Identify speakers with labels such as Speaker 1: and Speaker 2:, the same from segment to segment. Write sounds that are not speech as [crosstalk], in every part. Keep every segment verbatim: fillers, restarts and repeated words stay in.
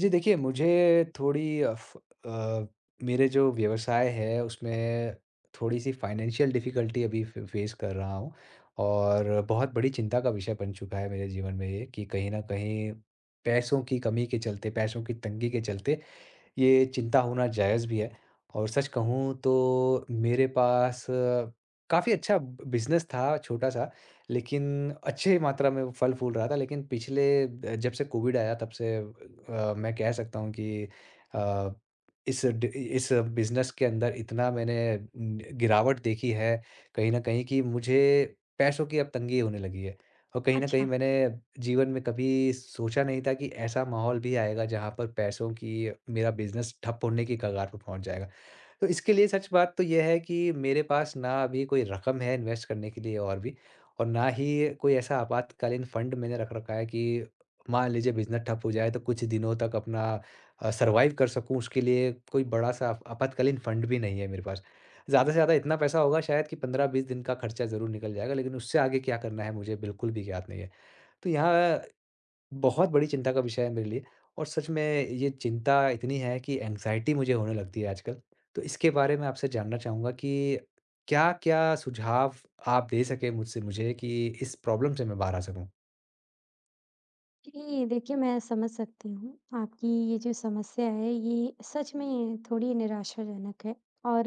Speaker 1: जी देखिए, मुझे थोड़ी अफ अ, मेरे जो व्यवसाय है उसमें थोड़ी-सी फाइनेंशियल डिफ़िकल्टी अभी फ़े फ़ेस कर रहा हूँ, और बहुत बड़ी चिंता का विषय बन चुका है मेरे जीवन में ये कि कहीं न कहीं पैसों की कमी के चलते, पैसों की तंगी के चलते ये चिंता होना जायज़ भी है। और सच कहूँ तो मेरे पास काफ़ी अच्छा ब बिज़नेस था छोटा-सा, लेकिन अच्छे मात्रा में वो फल-फूल रहा था। लेकिन पिछले अ, जब से कोविड आया तब से अ, मैं कह सकता हूँ कि अ, इस ड इस बिज़नेस के अंदर इतना मैंने न गिरावट देखी है, कहीं न कहीं कि मुझे पैसों की अब तंगी होने लगी है। और कहीं न कहीं
Speaker 2: अच्छा।
Speaker 1: मैंने जीवन में कभी सोचा नहीं था कि ऐसा माहौल भी आएगा जहाँ पर पैसों की मेरा बिज़नेस ठप होने की कगार पर पहुँच जाएगा। तो इसके लिए सच बात तो ये है कि मेरे पास ना अभी कोई रकम है इन्वेस्ट करने के लिए और भी, और ना ही कोई ऐसा आपातकालीन फ़ंड मैंने रख रखा है कि मान लीजिए बिज़नेस ठप हो जाए तो कुछ दिनों तक अपना अ, सर्वाइव कर सकूँ, उसके लिए कोई बड़ा-सा आपातकालीन फ़ंड भी नहीं है मेरे पास। ज़्यादा से ज़्यादा इतना पैसा होगा शायद कि पंद्रह बीस दिन का खर्चा ज़रूर निकल जाएगा, लेकिन उससे आगे क्या करना है मुझे बिल्कुल भी ज्ञात नहीं है। तो यहाँ बहुत बड़ी चिंता का विषय है मेरे लिए, और सच में ये चिंता इतनी है कि एंग्ज़ायटी मुझे होने लगती है आजकल। तो इसके बारे में आपसे जानना चाहूँगा कि क्या-क्या सुझाव आप दे सकें मुझसे मुझे कि इस प्रॉब्लम से मैं बाहर आ सकूँ?
Speaker 2: जी, देखिए मैं समझ सकती हूँ, आपकी ये जो समस्या है ये सच में थोड़ी निराशाजनक है और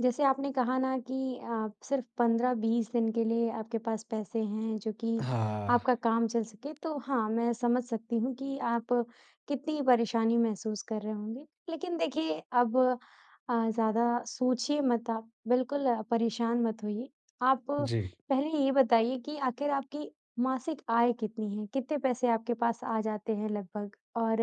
Speaker 2: जैसे आपने कहा ना कि आप सिर्फ़ पंद्रह बीस दिन के लिए आपके पास पैसे हैं जो कि
Speaker 1: हाँ,
Speaker 2: आपका काम चल सके, तो हाँ, मैं समझ सकती हूँ कि आप कितनी परेशानी महसूस कर रहे होंगे। लेकिन देखिए अब अ, ज़्यादा सोचिए मत आप, बिल्कुल आ, परेशान मत होइए। आप
Speaker 1: जी।
Speaker 2: पहले ये बताइए कि आखिर आपकी मासिक आय कितनी है? कितने पैसे आपके पास आ जाते हैं लगभग? और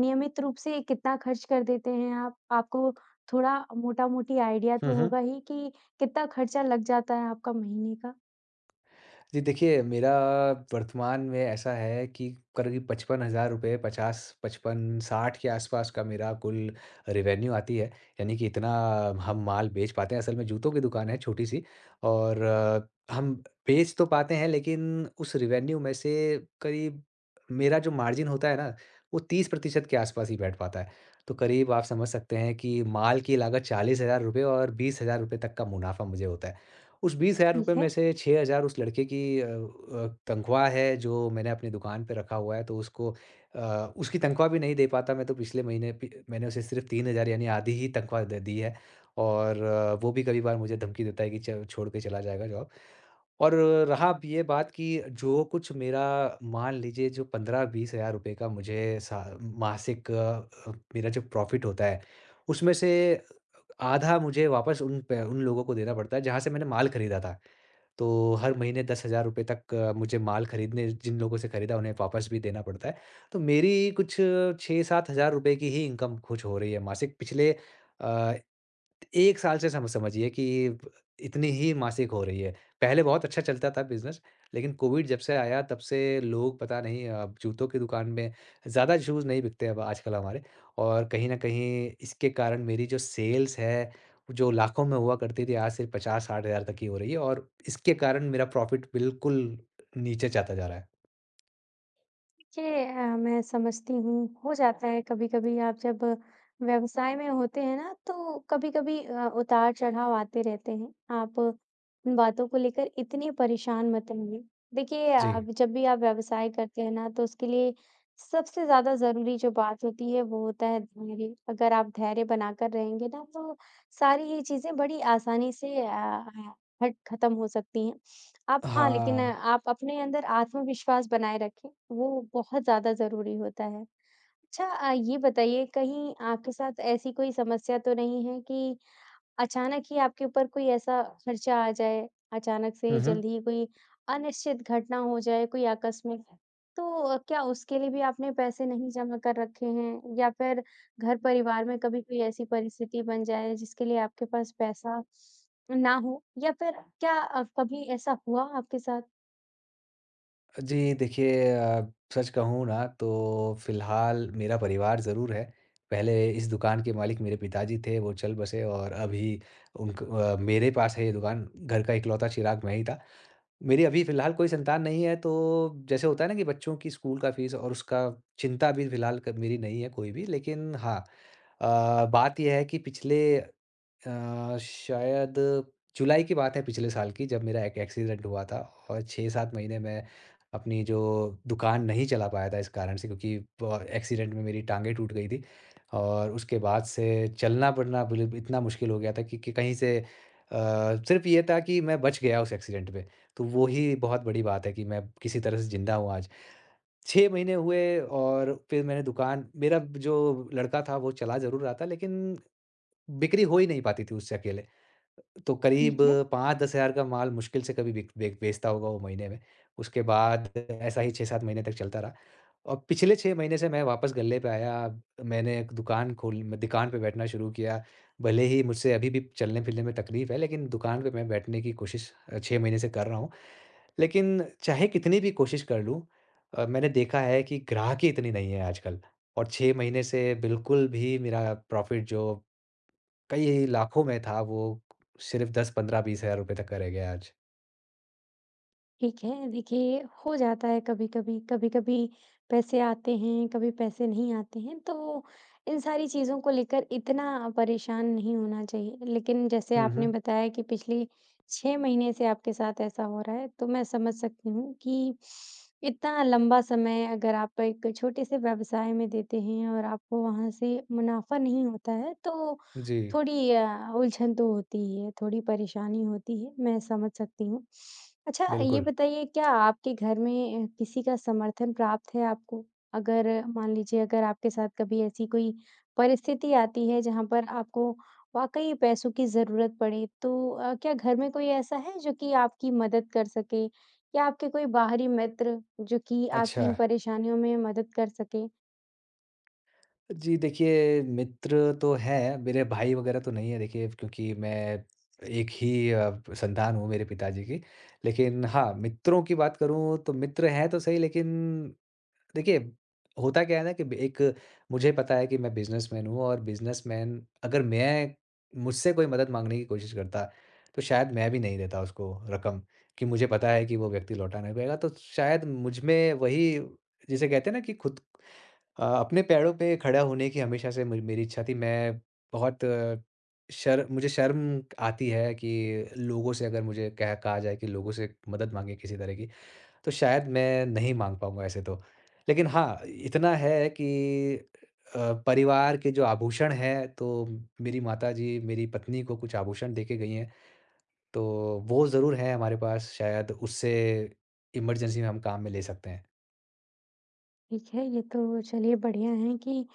Speaker 2: नियमित रूप से कितना खर्च कर देते हैं आप? आपको थोड़ा मोटा-मोटी आइडिया तो होगा ही कि कितना खर्चा लग जाता है आपका महीने का?
Speaker 1: जी देखिए, मेरा वर्तमान में ऐसा है कि करीब पचपन हज़ार रुपए पचास, पचपन, साठ के आसपास का मेरा कुल रेवेन्यू आती है। यानी कि इतना हम माल बेच पाते हैं। असल में जूतों की दुकान है छोटी-सी, और अ, हम बेच तो पाते हैं लेकिन उस रेवेन्यू में से करीब मेरा जो मार्जिन होता है ना, वो तीस प्रतिशत के आसपास ही बैठ पाता है। तो करीब आप समझ सकते हैं कि माल की लागत चालीस हज़ार रुपए और बीस हज़ार रुपए तक का मुनाफ़ा मुझे होता है। उस ₹बीस हज़ार
Speaker 2: ठीक
Speaker 1: में
Speaker 2: है।
Speaker 1: से छह हज़ार उस लड़के की अ अ, तनख्वाह है जो मैंने अपनी दुकान पे रखा हुआ है, तो उसको अ, उसकी तनख्वाह भी नहीं दे पाता मैं, तो पिछले महीने पि मैंने उसे सिर्फ़ तीन हज़ार यानी आधी ही तनख्वाह दे दी है। और अ, वो भी कभी-कभार मुझे धमकी देता है कि च छोड़ के चला जाएगा जॉब। और रहा अब ये बात कि जो कुछ मेरा मान लीजिए जो पंद्रह से बीस हज़ार का मुझे सा मासिक अ, अ, मेरा जो प्रॉफ़िट होता है, उसमें से आधा मुझे वापस उन पे उन लोगों को देना पड़ता है जहाँ से मैंने माल खरीदा था। तो हर महीने दस हज़ार रुपए तक अ, मुझे माल खरीदने जिन लोगों से खरीदा उन्हें वापस भी देना पड़ता है। तो मेरी कुछ छह से सात हज़ार रुपए की ही इनकम कुछ हो रही है मासिक पिछले अ, एक साल से सम समझिए कि ब इतनी ही मासिक हो रही है। पहले बहुत अच्छा चलता था बिज़नेस, लेकिन कोविड जब से आया तब से लोग पता नहीं अब जूतों की दुकान में ज़्यादा शूज़ नहीं बिकते अब आजकल हमारे। और कहीं न कहीं इसके कारण मेरी जो सेल्स है, जो लाखों में हुआ करती थी आज सिर्फ़ पचास से साठ हज़ार तक की हो रही है, और इसके कारण मेरा प्रॉफ़िट बिल्कुल नीचे जाता जा रहा है।
Speaker 2: देखिए अ, मैं समझती हूँ, हो जाता है कभी-कभी आप जब व्यवसाय में होते हैं ना तो कभी-कभी अ, उतार-चढ़ाव आते रहते हैं। आप उन बातों को लेकर इतनी परेशान मत होइए। देखिए
Speaker 1: जी।
Speaker 2: आप जब भी आप व्यवसाय करते हैं ना तो उसके लिए सबसे ज़्यादा ज़रूरी जो बात होती है वो होता है धैर्य। अगर आप धैर्य बनाकर रहेंगे ना तो सारी ये चीज़ें बड़ी आसानी से अ, हट खत्म हो सकती हैं। आप हाँ, लेकिन
Speaker 1: हाँ।
Speaker 2: आप अपने अंदर आत्मविश्वास बनाए रखें, वो बहुत ज़्यादा ज़रूरी होता है। अच्छा अ, ये बताइए कहीं आपके साथ ऐसी कोई समस्या तो नहीं है कि अचानक ही आपके ऊपर कोई ऐसा खर्चा आ जाए, अचानक
Speaker 1: हुँ,
Speaker 2: से
Speaker 1: हुँ।
Speaker 2: जल्दी ही कोई अनिश्चित घटना हो जाए, कोई आकस्मिक? तो अ, क्या उसके लिए भी आपने पैसे नहीं जमा कर रखे हैं या फिर घर-परिवार में कभी कोई ऐसी परिस्थिति बन जाए जिसके लिए आपके पास पैसा ना हो या फिर क्या अ, कभी ऐसा हुआ आपके साथ?
Speaker 1: जी, देखिए अ, सच कहूँ ना तो फ़िलहाल मेरा परिवार ज़रूर है। पहले इस दुकान के मालिक मेरे पिताजी थे, वो चल बसे और अभी उनक अ, मेरे पास है ये दुकान, घर का इकलौता चिराग मैं ही था। मेरी अभी फ़िलहाल कोई संतान नहीं है, तो जैसे होता है ना कि बच्चों की स्कूल का फ़ीस और उसका चिंता अभी फ़िलहाल क मेरी नहीं है कोई भी। लेकिन हाँ, अ, बात ये है कि पिछले अ, शायद जुलाई की बात है पिछले साल की, जब मेरा एक एक्सीडेंट हुआ था। और छह से सात महीने मैं अपनी जो दुकान नहीं चला पाया था इस कारण से, क्योंकि ब एक्सीडेंट में मेरी टाँगें टूट गई थी। और उसके बाद से चलना-फिरना बिल इतना मुश्किल हो गया था कि कि कहीं से अ, सिर्फ़ ये था कि मैं बच गया उस एक्सीडेंट में। तो वो ही बहुत बड़ी बात है कि मैं किसी तरह से ज़िंदा हूँ आज। छह महीने हुए, और फिर मैंने दुकान मेरा जो लड़का था वो चला ज़रूर रहा था, लेकिन बिक्री हो ही नहीं पाती थी उससे अकेले। तो करीब
Speaker 2: ठीक है,
Speaker 1: पाँच से दस हज़ार का माल मुश्किल से कभी बिक बेक बेचता होगा वो महीने में। उसके बाद ऐसा ही छह से सात महीने तक चलता रहा, और पिछले छह महीने से मैं वापस गल्ले पे आया। मैंने एक दुकान खोल मैं दुकान पे बैठना शुरू किया। भले ही मुझसे अभी भी चलने-फिरने में तकलीफ है, लेकिन दुकान पे मैं बैठने की कोशिश अ, छह महीने से कर रहा हूँ। लेकिन चाहे कितनी भी कोशिश कर लूँ, अ, मैंने देखा है कि ग्राहक ही इतनी नहीं है आजकल। और छह महीने से बिल्कुल भी मेरा प्रॉफ़िट जो कई लाखों में था वो सिर्फ़ दस, पंद्रह, बीस हज़ार रुपए तक का रह गया आज।
Speaker 2: ठीक है। देखिए, हो जाता है कभी-कभी, कभी-कभी पैसे आते हैं, कभी पैसे नहीं आते हैं, तो इन सारी चीज़ों को लेकर इतना परेशान नहीं होना चाहिए। लेकिन जैसे
Speaker 1: हुँ,
Speaker 2: आपने
Speaker 1: हुँ।
Speaker 2: बताया कि पिछले छह महीने से आपके साथ ऐसा हो रहा है, तो मैं समझ सकती हूँ कि इतना लंबा समय अगर आप एक छोटे से व्यवसाय में देते हैं और आपको वहाँ से मुनाफ़ा नहीं होता है, तो
Speaker 1: जी,
Speaker 2: थोड़ी अ, उलझन तो होती ही है, थोड़ी परेशानी होती है, मैं समझ सकती हूँ। अच्छा ये
Speaker 1: बिल्कुल।
Speaker 2: बताइए क्या आपके घर में अ, किसी का समर्थन प्राप्त है आपको? अगर मान लीजिए अगर आपके साथ कभी ऐसी कोई परिस्थिति आती है जहाँ पर आपको वाक़ई पैसों की ज़रूरत पड़े, तो अ, क्या घर में कोई ऐसा है जो कि आपकी मदद कर सके या आपके कोई बाहरी मित्र जो कि आपकी
Speaker 1: अच्छा।
Speaker 2: इन परेशानियों में मदद कर सके?
Speaker 1: जी, देखिए मित्र तो हैं, मेरे भाई वगैरह तो नहीं है देखिए क्योंकि मैं एक ही अ, संतान हूँ मेरे पिताजी की। लेकिन हाँ, मित्रों की बात करूँ तो मित्र हैं तो सही, लेकिन देखिए, होता क्या है ना कि ब एक मुझे पता है कि मैं बिज़नेसमैन हूँ और बिज़नेसमैन, अगर मैं मुझसे कोई मदद माँगने की कोशिश करता, तो शायद मैं भी नहीं देता उसको रकम कि मुझे पता है कि वो व्यक्ति लौटा नहीं पाएगा। तो शायद मुझ में वही जिसे कहते हैं ना कि खुद अ, अपने पैरों पे खड़ा होने की हमेशा से मुझ मेरी इच्छा थी। मैं बहुत शर मुझे शर्म आती है कि लोगों से अगर मुझे कह कहा जाए कि लोगों से मदद माँगे किसी तरह की, तो शायद मैं नहीं माँग पाऊँगा ऐसे तो। लेकिन हाँ, इतना है कि अ, परिवार के जो आभूषण हैं, तो मेरी माताजी मेरी पत्नी को कुछ आभूषण देके गई हैं, तो वो ज़रूर हैं हमारे पास, शायद उससे इमरजेंसी में हम काम में ले सकते हैं।
Speaker 2: ठीक है, ये तो चलिए बढ़िया है कि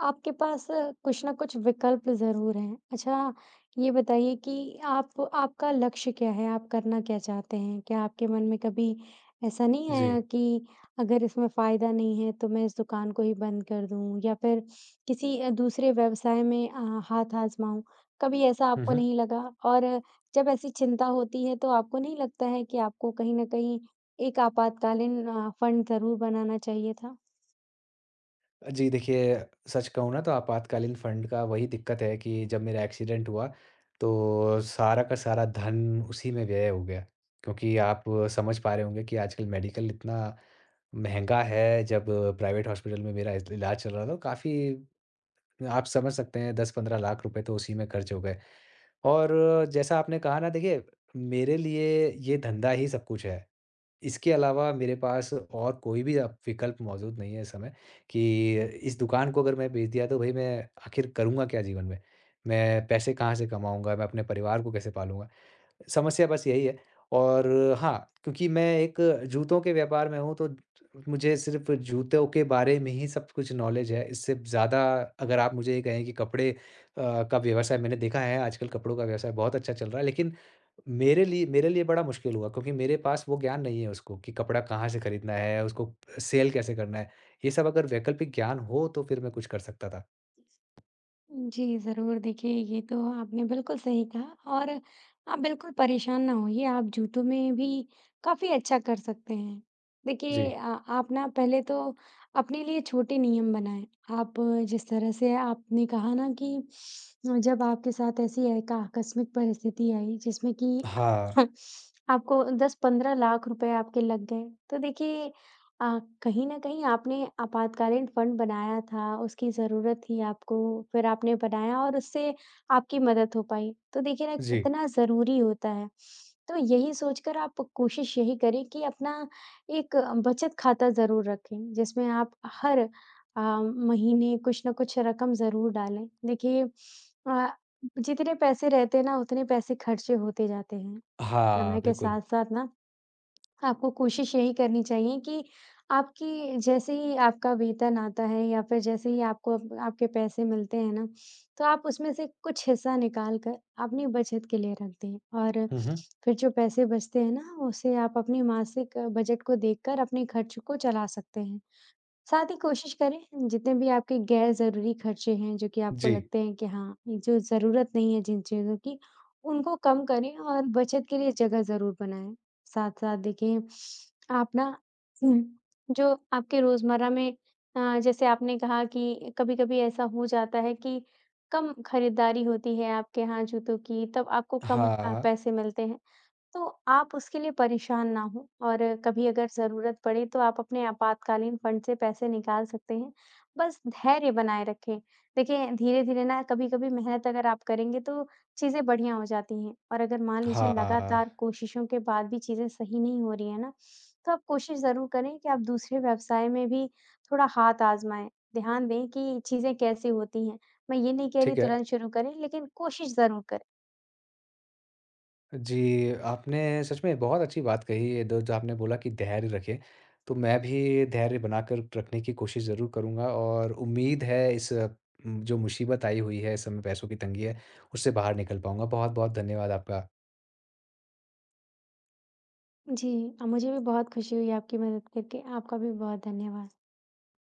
Speaker 2: आपके पास अ, कुछ ना कुछ विकल्प ज़रूर हैं। अच्छा, ये बताइए कि आप आपका लक्ष्य क्या है? आप करना क्या चाहते हैं? क्या आपके मन में कभी ऐसा नहीं
Speaker 1: जी।
Speaker 2: आया कि अगर इसमें फ़ायदा नहीं है, तो मैं इस दुकान को ही बंद कर दूँ या फिर किसी अ, दूसरे व्यवसाय में अ, हाथ आज़माऊँ? कभी ऐसा
Speaker 1: हुँ,
Speaker 2: आपको
Speaker 1: हुँ।
Speaker 2: नहीं लगा? और अ, जब ऐसी चिंता होती है, तो आपको नहीं लगता है कि आपको कहीं न कहीं एक आपातकालीन अ, फ़ंड ज़रूर बनाना चाहिए था?
Speaker 1: जी देखिए, सच कहूँ ना तो आपातकालीन फ़ंड का वही दिक्कत है कि जब मेरा एक्सीडेंट हुआ, तो सारा का सारा धन उसी में व्यय हो गया। क्योंकि आप समझ पा रहे होंगे कि आजकल मेडिकल इतना महँगा है, जब प्राइवेट हॉस्पिटल में मेरा इज इलाज चल रहा था, तो काफ़ी आप समझ सकते हैं दस से पंद्रह लाख रुपए तो उसी में खर्च हो गए। और जैसा आपने कहा ना देखिए, मेरे लिए ये धंधा ही सब कुछ है। इसके अलावा मेरे पास और कोई भी अब विकल्प मौजूद नहीं है इस समय, कि इस दुकान को अगर मैं बेच दिया तो भई मैं आखिर करूँगा क्या जीवन में? मैं पैसे कहाँ से कमाऊँगा? मैं अपने परिवार को कैसे पालूँगा? समस्या बस यही है। और हाँ, क्योंकि मैं एक जूतों के व्यापार में हूँ तो मुझे सिर्फ़ जूतों के बारे में ही सब कुछ नॉलेज है। इससे ज़्यादा अगर आप मुझे ये कहें कि कपड़े अ, का व्यवसाय, मैंने देखा है आजकल कपड़ों का व्यवसाय बहुत अच्छा चल रहा है, लेकिन मेरे लिए मेरे लिए बड़ा मुश्किल हुआ क्योंकि मेरे पास वो ज्ञान नहीं है उसको, कि कपड़ा कहाँ से खरीदना है, उसको सेल कैसे करना है। ये सब अगर वैकल्पिक ज्ञान हो तो फिर मैं कुछ कर सकता था।
Speaker 2: जी, ज़रूर। देखिए, ये तो आपने बिल्कुल सही कहा और आप बिल्कुल परेशान ना होइए, आप जूतों में भी काफ़ी अच्छा कर सकते हैं। देखिए
Speaker 1: जी।
Speaker 2: अ, आप ना पहले तो अपने लिए छोटे नियम बनाएँ। आप जिस तरह से आपने कहा ना कि जब आपके साथ ऐसी एक आकस्मिक परिस्थिति आई जिसमें कि
Speaker 1: हाँ,
Speaker 2: [laughs] आपको दस पंद्रह लाख रुपए आपके लग गए, तो देखिए अ, कहीं न कहीं आपने आपातकालीन फ़ंड बनाया था, उसकी ज़रूरत थी आपको, फिर आपने बनाया और उससे आपकी मदद हो पाई। तो देखिए ना
Speaker 1: जी।
Speaker 2: कितना ज़रूरी होता है। तो यही सोचकर आप कोशिश यही करें कि अपना एक बचत खाता ज़रूर रखें, जिसमें आप हर अ, महीने कुछ न कुछ रकम ज़रूर डालें। देखिए अ, जितने पैसे रहते हैं ना उतने पैसे खर्चे होते जाते हैं।
Speaker 1: हाँ,
Speaker 2: समय के
Speaker 1: बिल्कुल।
Speaker 2: साथ-साथ ना आपको कोशिश यही करनी चाहिए कि आपकी जैसे ही आपका वेतन आता है या फिर जैसे ही आपको अप आपके पैसे मिलते हैं ना, तो आप उसमें से कुछ हिस्सा निकाल कर अपनी बचत के लिए रख दें और
Speaker 1: हुँ, हुँ।
Speaker 2: फिर जो पैसे बचते हैं ना, उसे आप अपनी मासिक अ, बजट को देखकर अपने खर्च को चला सकते हैं। साथ ही कोशिश करें जितने भी आपके गैर ज़रूरी खर्चे हैं जो कि आपको
Speaker 1: जी।
Speaker 2: लगते हैं कि हाँ, ये जो ज़रूरत नहीं है जिन चीज़ों की, उनको कम करें और बचत के लिए जगह ज़रूर बनाएँ। साथ-साथ देखिए आप ना हुँ, जो आपके रोज़मर्रा में अ, जैसे आपने कहा कि कभी-कभी ऐसा हो जाता है कि कम खरीदारी होती है आपके यहाँ जूतों की तब आपको कम
Speaker 1: हाँ,
Speaker 2: अ,
Speaker 1: हाँ।
Speaker 2: पैसे मिलते हैं। तो आप उसके लिए परेशान ना हों और कभी अगर ज़रूरत पड़े तो आप अपने आपातकालीन फंड से पैसे निकाल सकते हैं। बस धैर्य बनाए रखें। देखिए धीरे-धीरे ना कभी-कभी मेहनत अगर आप करेंगे तो चीज़ें बढ़िया हो जाती हैं और अगर मान लीजिए
Speaker 1: हाँ,
Speaker 2: लगातार कोशिशों के बाद भी चीज़ें सही नहीं हो रही है ना, तो आप कोशिश ज़रूर करें कि आप दूसरे व्यवसाय में भी थोड़ा हाथ आज़माएँ। ध्यान दें कि चीज़ें कैसी होती हैं। मैं ये नहीं कह रही
Speaker 1: ठीक है।
Speaker 2: तुरंत शुरू करें लेकिन कोशिश ज़रूर करें।
Speaker 1: जी, आपने सच में बहुत अच्छी बात कही है, दो जो आपने बोला कि धैर्य रखें, तो मैं भी धैर्य बनाकर रखने की कोशिश ज़रूर करूँगा, और उम्मीद है इस उम, जो मुसीबत आई हुई है, इस समय पैसों की तंगी है, उससे बाहर निकल पाऊँगा। बहुत-बहुत धन्यवाद आपका।
Speaker 2: जी, अ, मुझे भी बहुत खुशी हुई आपकी मदद करके। आपका भी बहुत धन्यवाद।